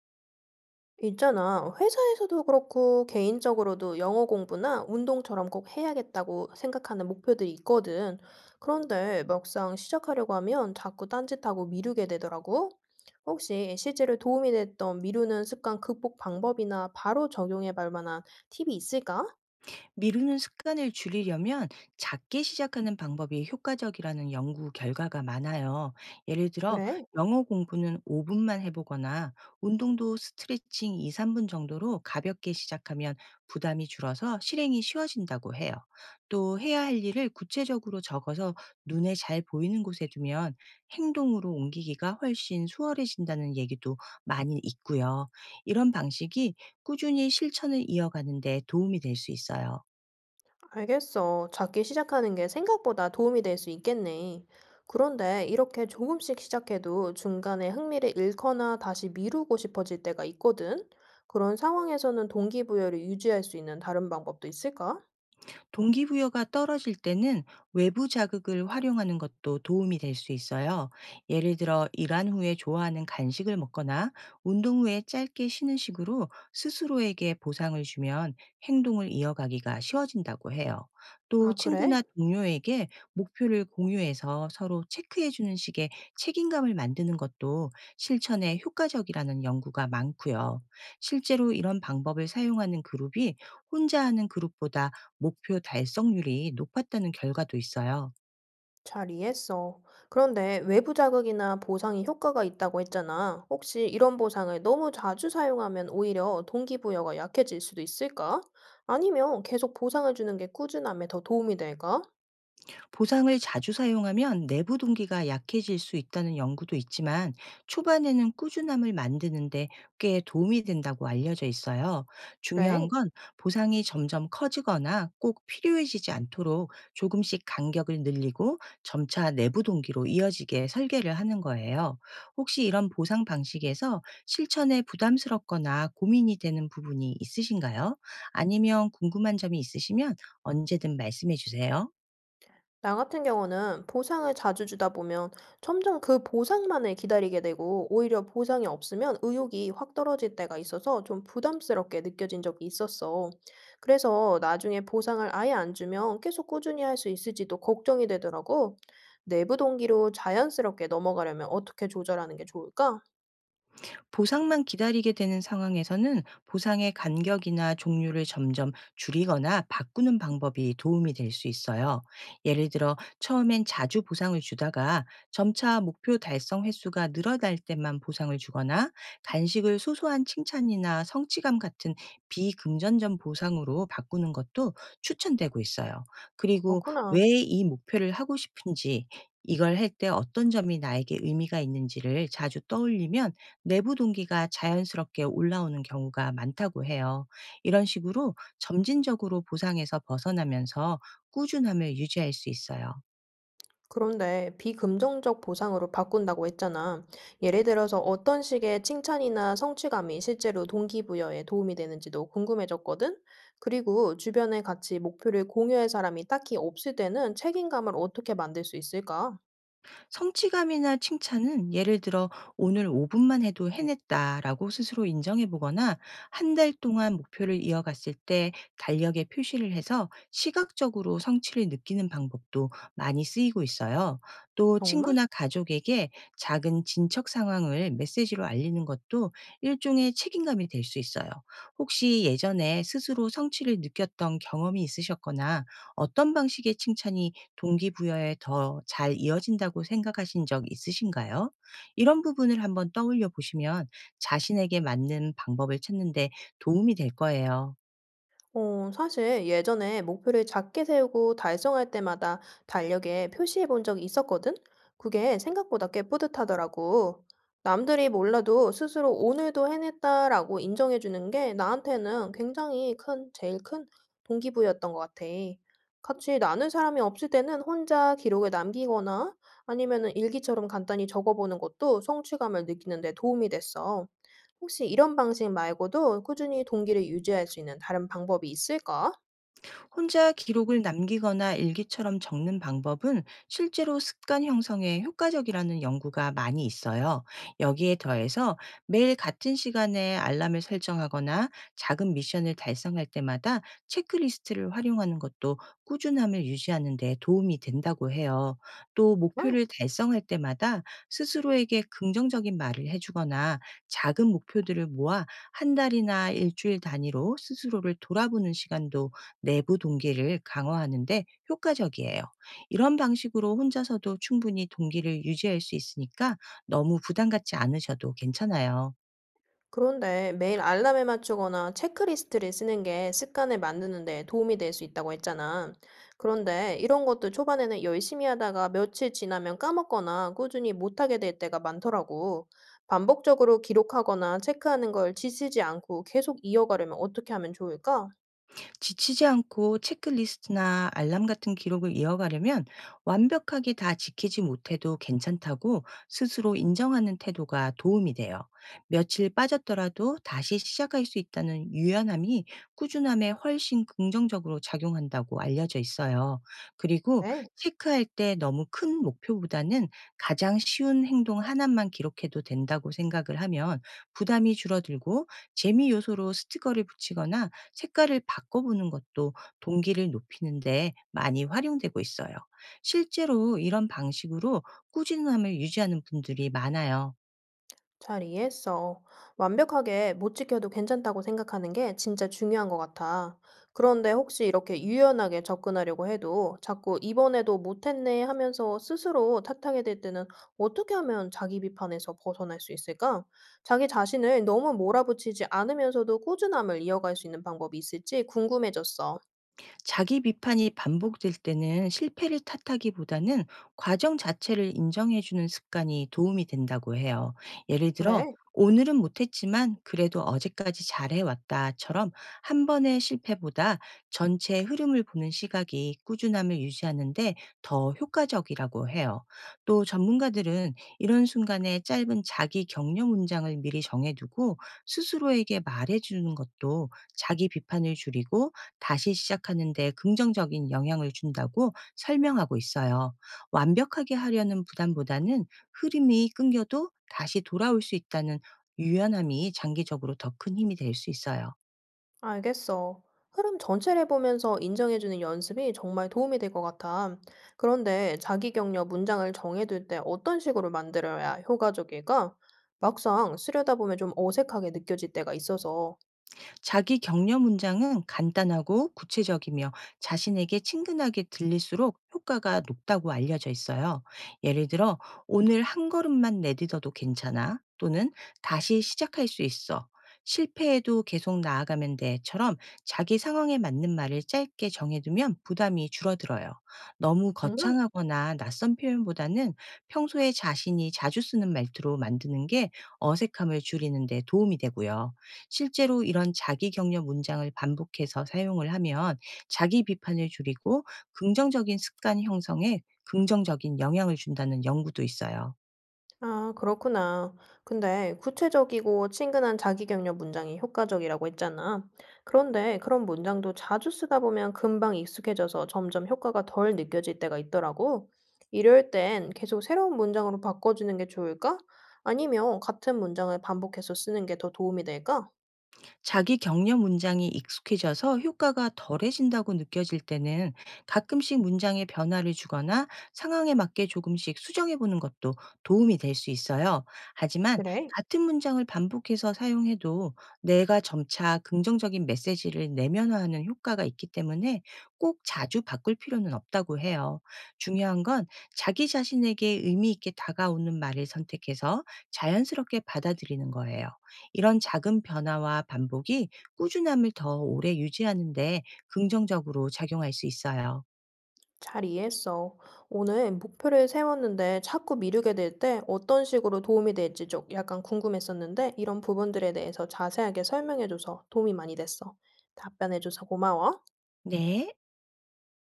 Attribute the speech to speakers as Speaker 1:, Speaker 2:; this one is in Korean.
Speaker 1: 있잖아. 회사에서도 그렇고 개인적으로도 영어 공부나 운동처럼 꼭 해야겠다고 생각하는 목표들이 있거든. 그런데 막상 시작하려고 하면 자꾸 딴짓하고 미루게 되더라고. 혹시 실제로 도움이 됐던 미루는 습관 극복 방법이나 바로 적용해 볼 만한 팁이 있을까?
Speaker 2: 미루는 습관을 줄이려면 작게 시작하는 방법이 효과적이라는 연구 결과가 많아요. 예를 들어,
Speaker 1: 그래.
Speaker 2: 영어 공부는 5분만 해보거나, 운동도 스트레칭 2, 3분 정도로 가볍게 시작하면 부담이 줄어서 실행이 쉬워진다고 해요. 또 해야 할 일을 구체적으로 적어서 눈에 잘 보이는 곳에 두면 행동으로 옮기기가 훨씬 수월해진다는 얘기도 많이 있고요. 이런 방식이 꾸준히 실천을 이어가는데 도움이 될 수 있어요.
Speaker 1: 알겠어. 작게 시작하는 게 생각보다 도움이 될 수 있겠네. 그런데 이렇게 조금씩 시작해도 중간에 흥미를 잃거나 다시 미루고 싶어질 때가 있거든. 그런 상황에서는 동기부여를 유지할 수 있는 다른 방법도 있을까?
Speaker 2: 동기부여가 떨어질 때는 외부 자극을 활용하는 것도 도움이 될 수 있어요. 예를 들어 일한 후에 좋아하는 간식을 먹거나 운동 후에 짧게 쉬는 식으로 스스로에게 보상을 주면 행동을 이어가기가 쉬워진다고 해요. 또
Speaker 1: 아, 그래?
Speaker 2: 친구나 동료에게 목표를 공유해서 서로 체크해주는 식의 책임감을 만드는 것도 실천에 효과적이라는 연구가 많고요. 실제로 이런 방법을 사용하는 그룹이 혼자 하는 그룹보다 목표 달성률이 높았다는 결과도 있어요.
Speaker 1: 잘 이해했어. 그런데 외부 자극이나 보상이 효과가 있다고 했잖아. 혹시 이런 보상을 너무 자주 사용하면 오히려 동기부여가 약해질 수도 있을까? 아니면 계속 보상을 주는 게 꾸준함에 더 도움이 될까?
Speaker 2: 보상을 자주 사용하면 내부 동기가 약해질 수 있다는 연구도 있지만 초반에는 꾸준함을 만드는데 꽤 도움이 된다고 알려져 있어요. 중요한
Speaker 1: 그래.
Speaker 2: 건 보상이 점점 커지거나 꼭 필요해지지 않도록 조금씩 간격을 늘리고 점차 내부 동기로 이어지게 설계를 하는 거예요. 혹시 이런 보상 방식에서 실천에 부담스럽거나 고민이 되는 부분이 있으신가요? 아니면 궁금한 점이 있으시면 언제든 말씀해 주세요.
Speaker 1: 나 같은 경우는 보상을 자주 주다 보면 점점 그 보상만을 기다리게 되고 오히려 보상이 없으면 의욕이 확 떨어질 때가 있어서 좀 부담스럽게 느껴진 적이 있었어. 그래서 나중에 보상을 아예 안 주면 계속 꾸준히 할 수 있을지도 걱정이 되더라고. 내부 동기로 자연스럽게 넘어가려면 어떻게 조절하는 게 좋을까?
Speaker 2: 보상만 기다리게 되는 상황에서는 보상의 간격이나 종류를 점점 줄이거나 바꾸는 방법이 도움이 될 수 있어요. 예를 들어 처음엔 자주 보상을 주다가 점차 목표 달성 횟수가 늘어날 때만 보상을 주거나 간식을 소소한 칭찬이나 성취감 같은 비금전적 보상으로 바꾸는 것도 추천되고 있어요. 그리고 왜
Speaker 1: 그렇구나.
Speaker 2: 이 목표를 하고 싶은지, 이걸 할 때 어떤 점이 나에게 의미가 있는지를 자주 떠올리면 내부 동기가 자연스럽게 올라오는 경우가 많다고 해요. 이런 식으로 점진적으로 보상에서 벗어나면서 꾸준함을 유지할 수 있어요.
Speaker 1: 그런데 비금정적 보상으로 바꾼다고 했잖아. 예를 들어서 어떤 식의 칭찬이나 성취감이 실제로 동기부여에 도움이 되는지도 궁금해졌거든? 그리고 주변에 같이 목표를 공유할 사람이 딱히 없을 때는 책임감을 어떻게 만들 수 있을까?
Speaker 2: 성취감이나 칭찬은, 예를 들어 "오늘 5 분만 해도 해냈다."라고 스스로 인정해 보거나 한 달 동안 목표를 이어갔을 때 달력에 표시를 해서 시각적으로 성취를 느끼는 방법도 많이 쓰이고 있어요. 또
Speaker 1: 정말?
Speaker 2: 친구나 가족에게 작은 진척 상황을 메시지로 알리는 것도 일종의 책임감이 될 수 있어요. 혹시 예전에 스스로 성취를 느꼈던 경험이 있으셨거나 어떤 방식의 칭찬이 동기부여에 더 잘 이어진다고 생각하신 적 있으신가요? 이런 부분을 한번 떠올려 보시면 자신에게 맞는 방법을 찾는 데 도움이 될 거예요.
Speaker 1: 어, 사실 예전에 목표를 작게 세우고 달성할 때마다 달력에 표시해 본 적이 있었거든? 그게 생각보다 꽤 뿌듯하더라고. 남들이 몰라도 스스로 오늘도 해냈다라고 인정해 주는 게 나한테는 굉장히 큰, 제일 큰 동기부여였던 것 같아. 같이 나눌 사람이 없을 때는 혼자 기록을 남기거나 아니면은 일기처럼 간단히 적어보는 것도 성취감을 느끼는 데 도움이 됐어. 혹시 이런 방식 말고도 꾸준히 동기를 유지할 수 있는 다른 방법이 있을까?
Speaker 2: 혼자 기록을 남기거나 일기처럼 적는 방법은 실제로 습관 형성에 효과적이라는 연구가 많이 있어요. 여기에 더해서 매일 같은 시간에 알람을 설정하거나 작은 미션을 달성할 때마다 체크리스트를 활용하는 것도 꾸준함을 유지하는 데 도움이 된다고 해요. 또
Speaker 1: 아,
Speaker 2: 목표를 달성할 때마다 스스로에게 긍정적인 말을 해주거나 작은 목표들을 모아 한 달이나 일주일 단위로 스스로를 돌아보는 시간도 내부 동기를 강화하는 데 효과적이에요. 이런 방식으로 혼자서도 충분히 동기를 유지할 수 있으니까 너무 부담 갖지 않으셔도 괜찮아요.
Speaker 1: 그런데 매일 알람에 맞추거나 체크리스트를 쓰는 게 습관을 만드는 데 도움이 될 수 있다고 했잖아. 그런데 이런 것도 초반에는 열심히 하다가 며칠 지나면 까먹거나 꾸준히 못하게 될 때가 많더라고. 반복적으로 기록하거나 체크하는 걸 지치지 않고 계속 이어가려면 어떻게 하면 좋을까?
Speaker 2: 지치지 않고 체크리스트나 알람 같은 기록을 이어가려면 완벽하게 다 지키지 못해도 괜찮다고 스스로 인정하는 태도가 도움이 돼요. 며칠 빠졌더라도 다시 시작할 수 있다는 유연함이 꾸준함에 훨씬 긍정적으로 작용한다고 알려져 있어요. 그리고
Speaker 1: 네.
Speaker 2: 체크할 때 너무 큰 목표보다는 가장 쉬운 행동 하나만 기록해도 된다고 생각을 하면 부담이 줄어들고, 재미 요소로 스티커를 붙이거나 색깔을 바꿔보는 것도 동기를 높이는데 많이 활용되고 있어요. 실제로 이런 방식으로 꾸준함을 유지하는 분들이 많아요.
Speaker 1: 잘 이해했어. 완벽하게 못 지켜도 괜찮다고 생각하는 게 진짜 중요한 것 같아. 그런데 혹시 이렇게 유연하게 접근하려고 해도 자꾸 이번에도 못했네 하면서 스스로 탓하게 될 때는 어떻게 하면 자기 비판에서 벗어날 수 있을까? 자기 자신을 너무 몰아붙이지 않으면서도 꾸준함을 이어갈 수 있는 방법이 있을지 궁금해졌어.
Speaker 2: 자기 비판이 반복될 때는 실패를 탓하기보다는 과정 자체를 인정해 주는 습관이 도움이 된다고 해요. 예를 들어
Speaker 1: 그래.
Speaker 2: "오늘은 못했지만 그래도 어제까지 잘해왔다처럼 한 번의 실패보다 전체 흐름을 보는 시각이 꾸준함을 유지하는데 더 효과적이라고 해요. 또 전문가들은 이런 순간에 짧은 자기 격려 문장을 미리 정해두고 스스로에게 말해주는 것도 자기 비판을 줄이고 다시 시작하는 데 긍정적인 영향을 준다고 설명하고 있어요. 완벽하게 하려는 부담보다는 흐름이 끊겨도 다시 돌아올 수 있다는 유연함이 장기적으로 더 큰 힘이 될 수 있어요.
Speaker 1: 알겠어. 흐름 전체를 보면서 인정해주는 연습이 정말 도움이 될 것 같아. 그런데 자기 격려 문장을 정해둘 때 어떤 식으로 만들어야 효과적일까? 막상 쓰려다 보면 좀 어색하게 느껴질 때가 있어서.
Speaker 2: 자기 격려 문장은 간단하고 구체적이며 자신에게 친근하게 들릴수록 효과가 높다고 알려져 있어요. 예를 들어, "오늘 한 걸음만 내딛어도 괜찮아." 또는 "다시 시작할 수 있어. 실패해도 계속 나아가면 돼처럼 자기 상황에 맞는 말을 짧게 정해두면 부담이 줄어들어요. 너무
Speaker 1: 음,
Speaker 2: 거창하거나 낯선 표현보다는 평소에 자신이 자주 쓰는 말투로 만드는 게 어색함을 줄이는 데 도움이 되고요. 실제로 이런 자기 격려 문장을 반복해서 사용을 하면 자기 비판을 줄이고 긍정적인 습관 형성에 긍정적인 영향을 준다는 연구도 있어요.
Speaker 1: 아, 그렇구나. 근데 구체적이고 친근한 자기격려 문장이 효과적이라고 했잖아. 그런데 그런 문장도 자주 쓰다 보면 금방 익숙해져서 점점 효과가 덜 느껴질 때가 있더라고. 이럴 땐 계속 새로운 문장으로 바꿔주는 게 좋을까? 아니면 같은 문장을 반복해서 쓰는 게 더 도움이 될까?
Speaker 2: 자기 격려 문장이 익숙해져서 효과가 덜해진다고 느껴질 때는 가끔씩 문장에 변화를 주거나 상황에 맞게 조금씩 수정해 보는 것도 도움이 될 수 있어요. 하지만
Speaker 1: 그래.
Speaker 2: 같은 문장을 반복해서 사용해도 내가 점차 긍정적인 메시지를 내면화하는 효과가 있기 때문에 꼭 자주 바꿀 필요는 없다고 해요. 중요한 건 자기 자신에게 의미 있게 다가오는 말을 선택해서 자연스럽게 받아들이는 거예요. 이런 작은 변화와 반복이 꾸준함을 더 오래 유지하는 데 긍정적으로 작용할 수 있어요.
Speaker 1: 잘 이해했어. 오늘 목표를 세웠는데 자꾸 미루게 될 때 어떤 식으로 도움이 될지 좀 약간 궁금했었는데 이런 부분들에 대해서 자세하게 설명해줘서 도움이 많이 됐어. 답변해줘서 고마워.
Speaker 2: 네.